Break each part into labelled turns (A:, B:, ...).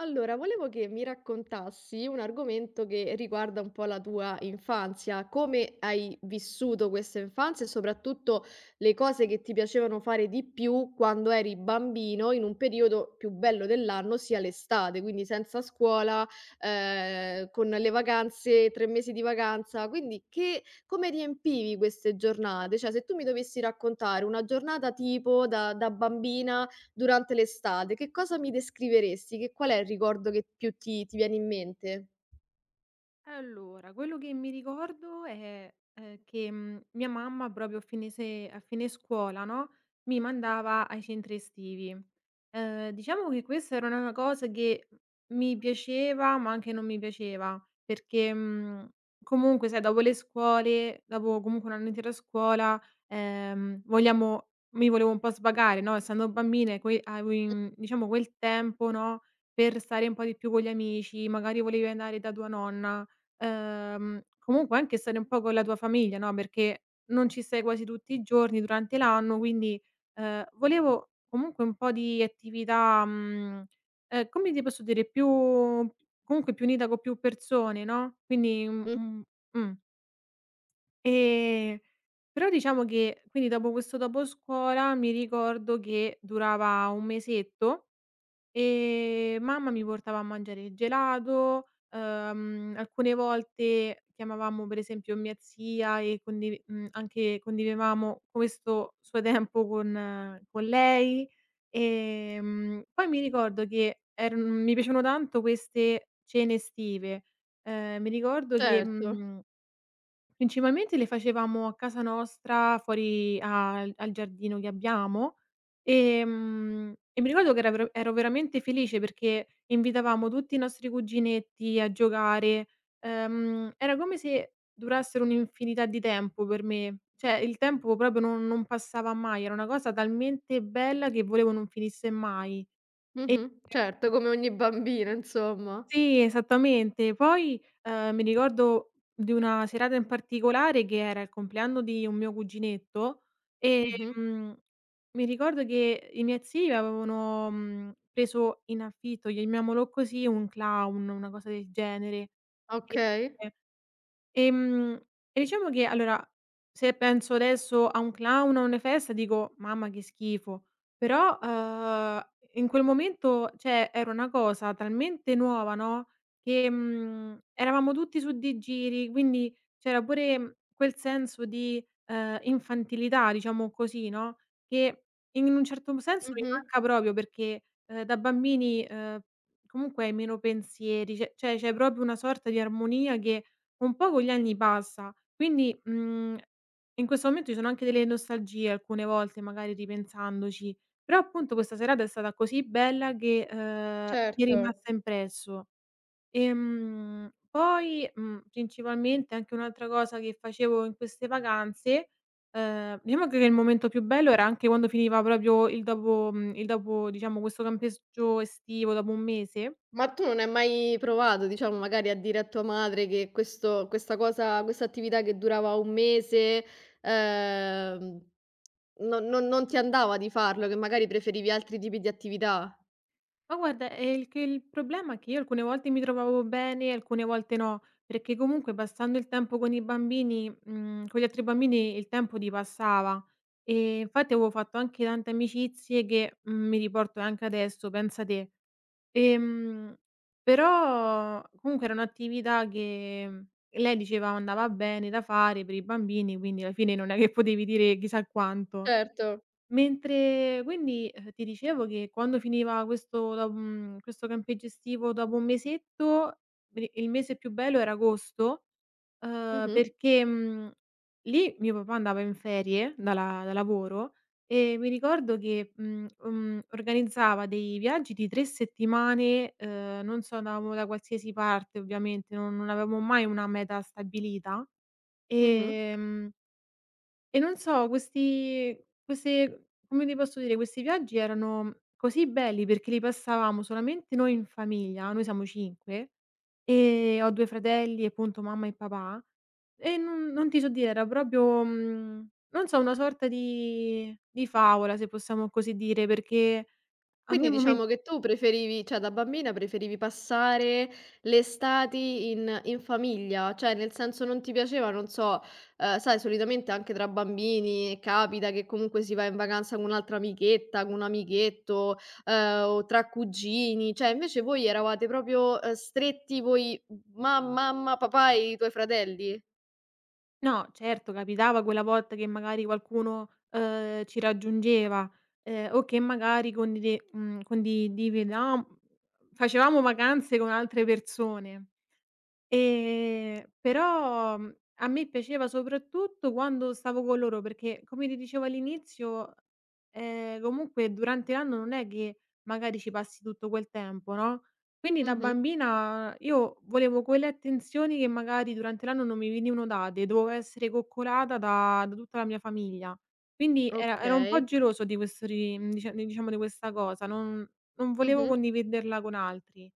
A: Allora, volevo che mi raccontassi un argomento che riguarda un po' la tua infanzia, come hai vissuto questa infanzia e soprattutto le cose che ti piacevano fare di più quando eri bambino in un periodo più bello dell'anno, sia l'estate, quindi senza scuola, con le vacanze, 3 mesi di vacanza. Quindi come riempivi queste giornate? Cioè, se tu mi dovessi raccontare una giornata tipo da bambina, durante l'estate, che cosa mi descriveresti? Che qual è il ricordo che più ti viene in mente?
B: Allora, quello che mi ricordo è, che, mia mamma proprio a fine scuola, no, mi mandava ai centri estivi. Diciamo che questa era una cosa che mi piaceva, ma anche non mi piaceva, perché, comunque sai dopo le scuole, dopo comunque un anno intero a scuola, vogliamo mi volevo un po' svagare, no, essendo bambina que avevo in diciamo quel tempo, no, per stare un po' di più con gli amici, magari volevi andare da tua nonna. Comunque anche stare un po' con la tua famiglia, no, perché non ci sei quasi tutti i giorni durante l'anno, quindi, volevo comunque un po' di attività, come ti posso dire, più comunque più unita con più persone, no, quindi un
A: Mh,
B: un mh. Ehm, Però diciamo che quindi dopo questo doposcuola mi ricordo che durava 1 mesetto. Mamma mi portava a mangiare il gelato, alcune volte chiamavamo per esempio mia zia e anche condividevamo questo suo tempo con lei. Poi mi ricordo che eran mi piacevano tanto queste cene estive. Mi ricordo che,
A: certo.
B: mhmm principalmente le facevamo a casa nostra, fuori al giardino che abbiamo, e mi ricordo che era ver ero veramente felice perché invitavamo tutti i nostri cuginetti a giocare, era come se durassero un'infinità di tempo per me, cioè il tempo proprio non passava mai, era una cosa talmente bella che volevo non finisse mai. E
A: Mh-mh. Certo, come ogni bambina insomma.
B: sì, esattamente. Poi, mi ricordo di una serata in particolare che era il compleanno di un mio cuginetto,
A: Mh-mh.
B: ehm, mi ricordo che i miei zii avevano, preso in affitto, chiamiamolo così, un clown, una cosa del genere.
A: Okay.
B: E Ehm, e diciamo che allora, se penso adesso a un clown, o a una festa, dico: "Mamma che schifo", però, in quel momento, cioè, era una cosa talmente nuova, no, che, eravamo tutti su di giri, quindi c'era pure quel senso di, infantilità, diciamo così, no, che in un certo senso mi
A: Mh-mh.
B: manca proprio perché, da bambini, comunque hai meno pensieri, cioè c'è proprio una sorta di armonia che un po' con gli anni passa, quindi, in questo momento ci sono anche delle nostalgie alcune volte, magari ripensandoci, però appunto questa serata è stata così bella che, mi è
A: Certo.
B: rimasta impresso. Poi, principalmente anche un'altra cosa che facevo in queste vacanze, diciamo che il momento più bello era anche quando finiva proprio il dopo diciamo questo campeggio estivo, dopo un mese.
A: Ma tu non hai mai provato, diciamo, magari a dire a tua madre che questo questa cosa questa attività che durava 1 mese, ehm, non ti andava di farlo, che magari preferivi altri tipi di attività?
B: Ma guarda, il problema è che io alcune volte mi trovavo bene, alcune volte no, perché comunque passando il tempo con gli altri bambini il tempo ti passava. Infatti avevo fatto anche tante amicizie che, mi riporto anche adesso, pensa te. Ehm, Però comunque era un'attività che lei diceva andava bene da fare per i bambini, quindi alla fine non è che potevi dire chissà quanto.
A: Certo.
B: Mentre quindi, ti dicevo che quando finiva questo campeggio estivo dopo un mesetto, pri il mese più bello era agosto,
A: Mh-mh.
B: perché, lì mio papà andava in ferie dalla da lavoro e mi ricordo che, organizzava dei viaggi di 3 settimane, non so, andavamo da qualsiasi parte ovviamente, non avevamo mai una meta stabilita,
A: Mh-mh.
B: ehm e non so, questi queste come ti posso dire, questi viaggi erano così belli perché li passavamo solamente noi in famiglia, noi siamo 5 e ho 2 fratelli e appunto mamma e papà, e non ti so dire, era proprio, non so, una sorta di favola, se possiamo così dire, perché a me
A: Quindi
B: momen
A: diciamo che tu preferivi, cioè da bambina preferivi passare le estati in famiglia, cioè nel senso non ti piaceva, non so, sai, solitamente anche tra bambini capita che comunque si va in vacanza con un'altra amichetta, con un amichetto, o tra cugini, cioè invece voi eravate proprio, stretti voi ma mamma, papà e i tuoi fratelli?
B: no, certo, capitava quella volta che magari qualcuno, ci raggiungeva, o che magari condide mhmm, condividevamo facevamo vacanze con altre persone. Però, a me piaceva soprattutto quando stavo con loro, perché come ti dicevo all'inizio, comunque durante l'anno non è che magari ci passi tutto quel tempo, no, quindi da
A: Mh-mh.
B: bambina io volevo quelle attenzioni che magari durante l'anno non mi venivano date, dovevo essere coccolata da tutta la mia famiglia. Quindi era Ero un po'
A: Okay.
B: geloso di questo ri mhmm, dicia diciamo di questa cosa, non non volevo
A: Mh-mh.
B: condividerla con altri.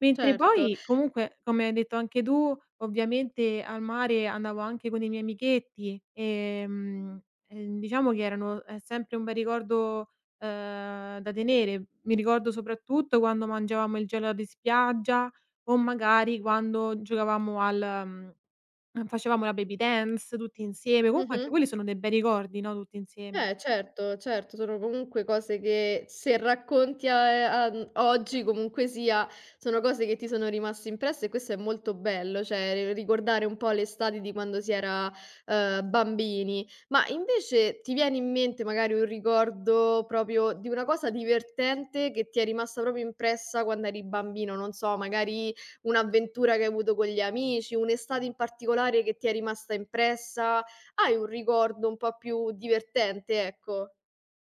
B: Mentre
A: Certo.
B: poi comunque, come hai detto anche tu, ovviamente al mare andavo anche con i miei amichetti, diciamo che erano è sempre un bel ricordo, da tenere. Mi ricordo soprattutto quando mangiavamo il gelato di spiaggia o magari quando giocavamo al mhmm, facevamo la baby dance tutti insieme. Comunque anche
A: Mh-mh.
B: quelli sono dei bei ricordi, no, tutti insieme.
A: Eh certo, certo, sono comunque cose che se racconti a oggi, comunque sia, sono cose che ti sono rimaste impresse e questo è molto bello, cioè ri ricordare un po' l'estate di quando si era, bambini. Ma invece ti viene in mente magari un ricordo proprio di una cosa divertente che ti è rimasta proprio impressa quando eri bambino? Non so, magari un'avventura che hai avuto con gli amici, un'estate in particolare che ti è rimasta impressa? Hai un ricordo un po' più divertente, ecco.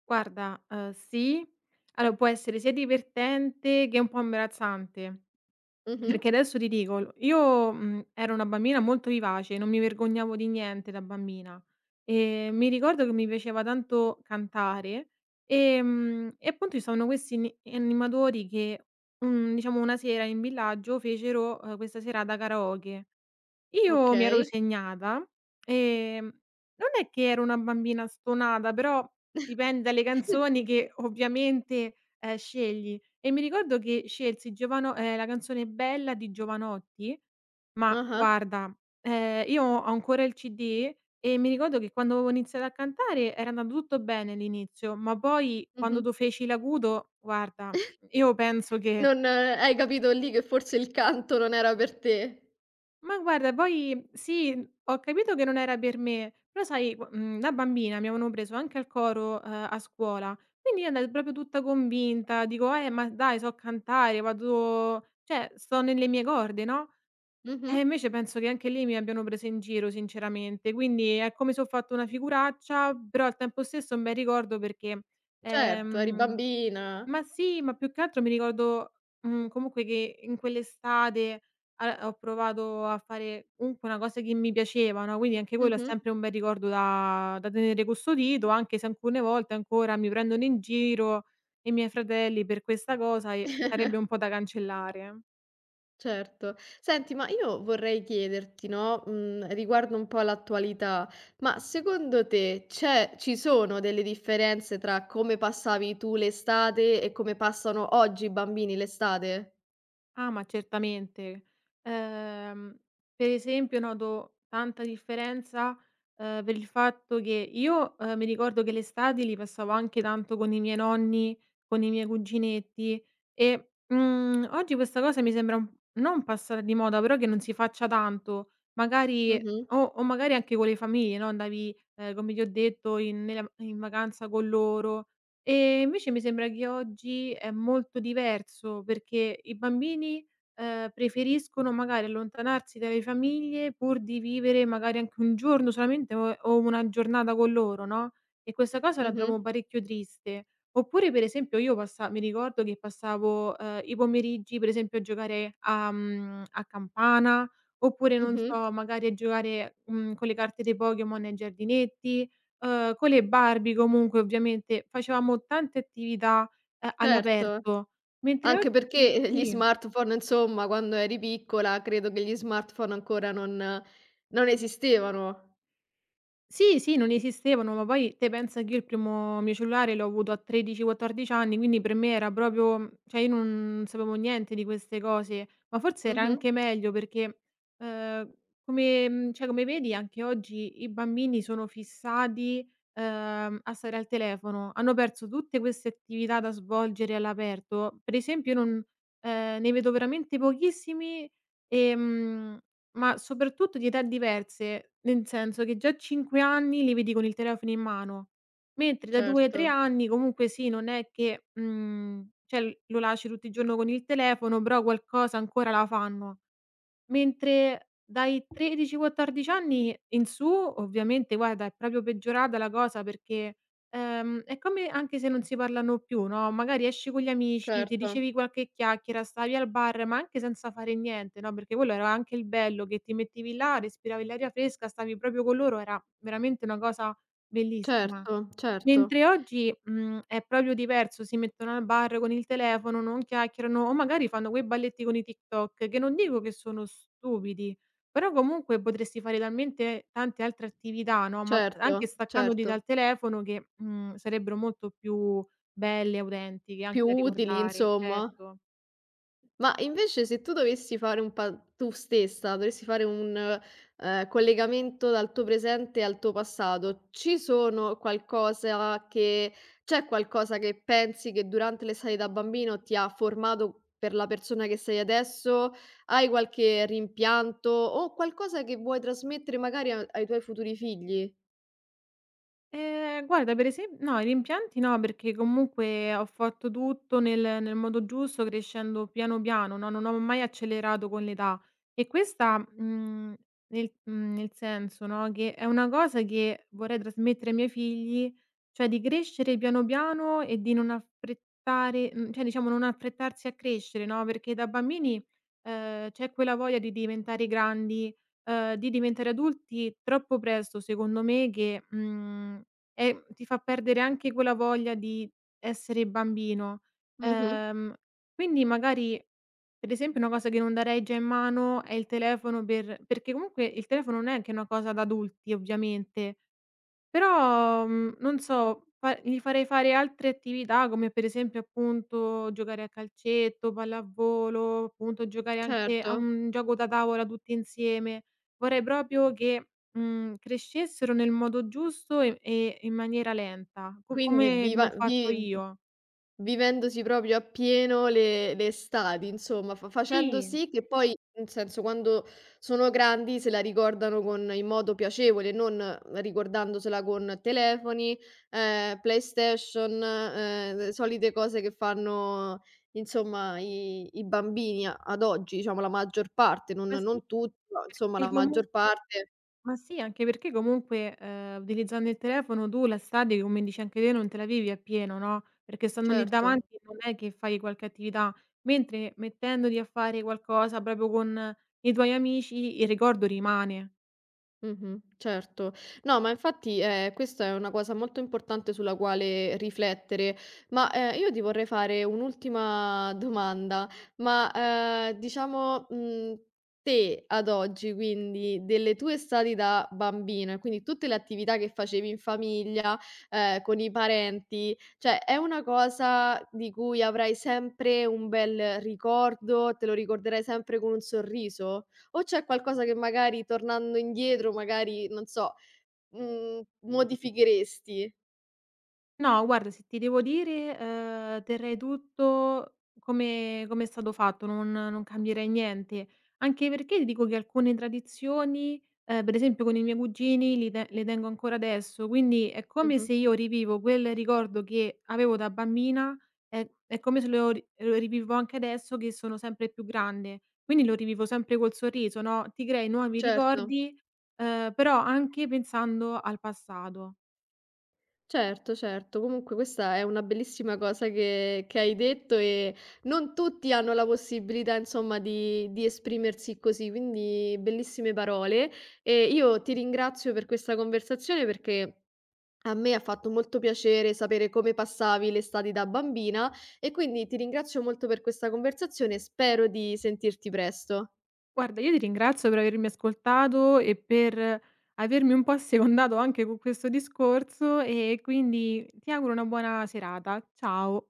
B: Guarda, sì. Allora può essere sia divertente che un po' imbarazzante.
A: Mh-mh.
B: Perché adesso ti dico, io, ero una bambina molto vivace, non mi vergognavo di niente da bambina. Mi ricordo che mi piaceva tanto cantare, e appunto ci sono questi ni animatori che, diciamo una sera in villaggio fecero, questa serata karaoke. Io mi ero
A: Okay.
B: segnata, non è che ero una bambina stonata, però dipende dalle canzoni che ovviamente, scegli. E mi ricordo che scelsi Giovano la canzone "Bella" di Jovanotti, ma
A: Ah-ah.
B: guarda, io ho ancora il CD e mi ricordo che quando avevo iniziato a cantare era andato tutto bene all'inizio, ma poi quando
A: Mh-mh.
B: tu feci l'acuto, guarda, io penso che.
A: Non hai capito lì che forse il canto non era per te.
B: Ma guarda, poi sì, ho capito che non era per me, però sai, da bambina mi avevano preso anche al coro, a scuola, quindi io andai proprio tutta convinta, dico: ma dai, so cantare, vado cioè sto nelle mie corde, no?" E
A: Mh-mh.
B: invece penso che anche lì mi abbiano presa in giro sinceramente, quindi è come se ho fatto una figuraccia, però al tempo stesso un bel ricordo perché,
A: Certo, eri
B: ehm
A: bambina.
B: ma sì, ma più che altro mi ricordo, comunque che in quell'estate a ho provato a fare comunque una cosa che mi piaceva, no, quindi anche quello è
A: Mh-mh.
B: sempre un bel ricordo da tenere custodito, anche se alcune volte ancora mi prendono in giro i miei fratelli per questa cosa e sarebbe un po' da cancellare.
A: Certo. Senti, ma io vorrei chiederti, no, riguardo un po' l'attualità, ma secondo te c'è ci sono delle differenze tra come passavi tu l'estate e come passano oggi i bambini l'estate?
B: Ah, ma certamente. Ehm, per esempio noto tanta differenza, per il fatto che io, mi ricordo che le estati li passavo anche tanto con i miei nonni, con i miei cuginetti e, oggi questa cosa mi sembra un non passata di moda, però che non si faccia tanto. Magari
A: Mh-mh.
B: o magari anche con le famiglie, no, andavi, come ti ho detto in vacanza con loro. Invece mi sembra che oggi è molto diverso, perché i bambini, preferiscono magari allontanarsi dalle famiglie pur di vivere magari anche un giorno solamente o una giornata con loro, no, e questa cosa la
A: Mh-mh.
B: trovo parecchio triste. Oppure per esempio io passa mi ricordo che passavo, i pomeriggi per esempio a giocare a campana, oppure non
A: Mh-mh.
B: so, magari a giocare, con le carte dei Pokémon ai giardinetti. Con le Barbie comunque ovviamente facevamo tante attività,
A: Certo,
B: all'aperto, mentre
A: anche
B: oggi
A: perché, gli
B: sì.
A: smartphone, insomma, quando eri piccola credo che gli smartphone ancora non esistevano.
B: Sì, sì, non esistevano, ma poi te pensa che io il primo mio cellulare l'ho avuto a 13, 14 anni, quindi per me era proprio cioè io non sapevo niente di queste cose, ma forse era
A: Mh-mh.
B: anche meglio perché, ehm, cioè come vedi anche oggi i bambini sono fissati, a stare al telefono, hanno perso tutte queste attività da svolgere all'aperto. Per esempio io non ne vedo veramente pochissimi, ehm ma soprattutto di età diverse, nel senso che già a 5 anni li vedi con il telefono in mano, mentre da 2,
A: Certo,
B: 3 anni comunque sì, non è che, cioè l lo lasci tutto il giorno con il telefono, però qualcosa ancora la fanno. Mentre dai 13, 14 anni in su, ovviamente guarda è proprio peggiorata la cosa perché, è come anche se non si parlano più, no, magari esci con gli amici, ti
A: certo,
B: dicevi qualche chiacchiera, stavi al bar, ma anche senza fare niente, no, perché quello era anche il bello che ti mettevi là, respiravi l'aria fresca, stavi proprio con loro, era veramente una cosa bellissima.
A: certo, certo,
B: Mentre oggi, è proprio diverso, si mettono al bar con il telefono, non chiacchierano o magari fanno quei balletti con i TikTok, che non dico che sono stupidi, però comunque potresti fare talmente tante altre attività, no, ma anche
A: certo,
B: staccandoti dal
A: certo.
B: telefono che, sarebbero molto più belle, autentiche, anche
A: Più
B: da
A: utili
B: ricordare,
A: insomma.
B: certo.
A: Ma invece se tu dovessi fare un pa tu stessa dovessi fare un collegamento dal tuo presente al tuo passato, ci sono qualcosa che c'è qualcosa che pensi che durante l'estate da bambino ti ha formato per la persona che sei adesso? Hai qualche rimpianto o qualcosa che vuoi trasmettere magari a ai tuoi futuri figli?
B: Guarda per esem no, i rimpianti no, perché comunque ho fatto tutto nel modo giusto, crescendo piano piano, no, non ho mai accelerato con l'età. E questa, nel senso, no, che è una cosa che vorrei trasmettere ai miei figli, cioè di crescere piano piano e di non cioè diciamo non affrettarsi a crescere, no, perché da bambini, c'è quella voglia di diventare grandi di diventare adulti troppo presto secondo me che, ti fa perdere anche quella voglia di essere bambino.
A: Mh-mh,
B: Ehm, quindi magari per esempio una cosa che non darei già in mano è il telefono perché comunque il telefono non è che è una cosa da adulti ovviamente, però, non so, fa gli farei fare altre attività, come per esempio appunto giocare a calcetto, pallavolo, appunto giocare anche a
A: certo.
B: un gioco da tavola tutti insieme. Vorrei proprio che, crescessero nel modo giusto e in maniera lenta, co
A: Quindi
B: come come ho
A: viva
B: fatto
A: vi
B: io.
A: Vivendosi proprio appieno le estati, insomma, fa facendo
B: Sì,
A: sì che poi, nel senso, quando sono grandi se la ricordano con in modo piacevole, non ricordandosela con telefoni, PlayStation, solite cose che fanno, insomma, i bambini a ad oggi, diciamo la maggior parte, non
B: ma sì,
A: non tutti, però insomma
B: perché
A: la
B: comu
A: maggior parte.
B: Ma sì, anche perché comunque, utilizzando il telefono tu la stadio, come dici anche te, non te la vivi appieno, no, perché stando lì
A: Certo.
B: davanti non è che fai qualche attività, mentre mettendoti a fare qualcosa proprio con i tuoi amici, il ricordo rimane.
A: Mh-mh, certo. No, ma infatti, questa è una cosa molto importante sulla quale riflettere. Ma, io ti vorrei fare un'ultima domanda, ma, diciamo, te ad oggi, quindi delle tue estati da bambina, e quindi tutte le attività che facevi in famiglia, con i parenti, cioè è una cosa di cui avrai sempre un bel ricordo, te lo ricorderai sempre con un sorriso? O c'è qualcosa che magari tornando indietro, magari, non so, modificheresti?
B: No, guarda, se ti devo dire, terrei tutto come è stato fatto, non cambierei niente. Anche perché ti dico che alcune tradizioni, per esempio con i miei cugini li te le tengo ancora adesso, quindi è come
A: Mh-mh.
B: se io rivivo quel ricordo che avevo da bambina, è come se lo rivivo anche adesso che sono sempre più grande. Quindi lo rivivo sempre col sorriso, no, ti crei nuovi
A: Certo,
B: ricordi, però anche pensando al passato.
A: certo, certo. Comunque questa è una bellissima cosa che hai detto e non tutti hanno la possibilità, insomma, di esprimersi così, quindi bellissime parole. E io ti ringrazio per questa conversazione perché a me ha fatto molto piacere sapere come passavi le estati da bambina e quindi ti ringrazio molto per questa conversazione e spero di sentirti presto.
B: Guarda, io ti ringrazio per avermi ascoltato e per avermi un po' assecondato anche con questo discorso e quindi ti auguro una buona serata. Ciao.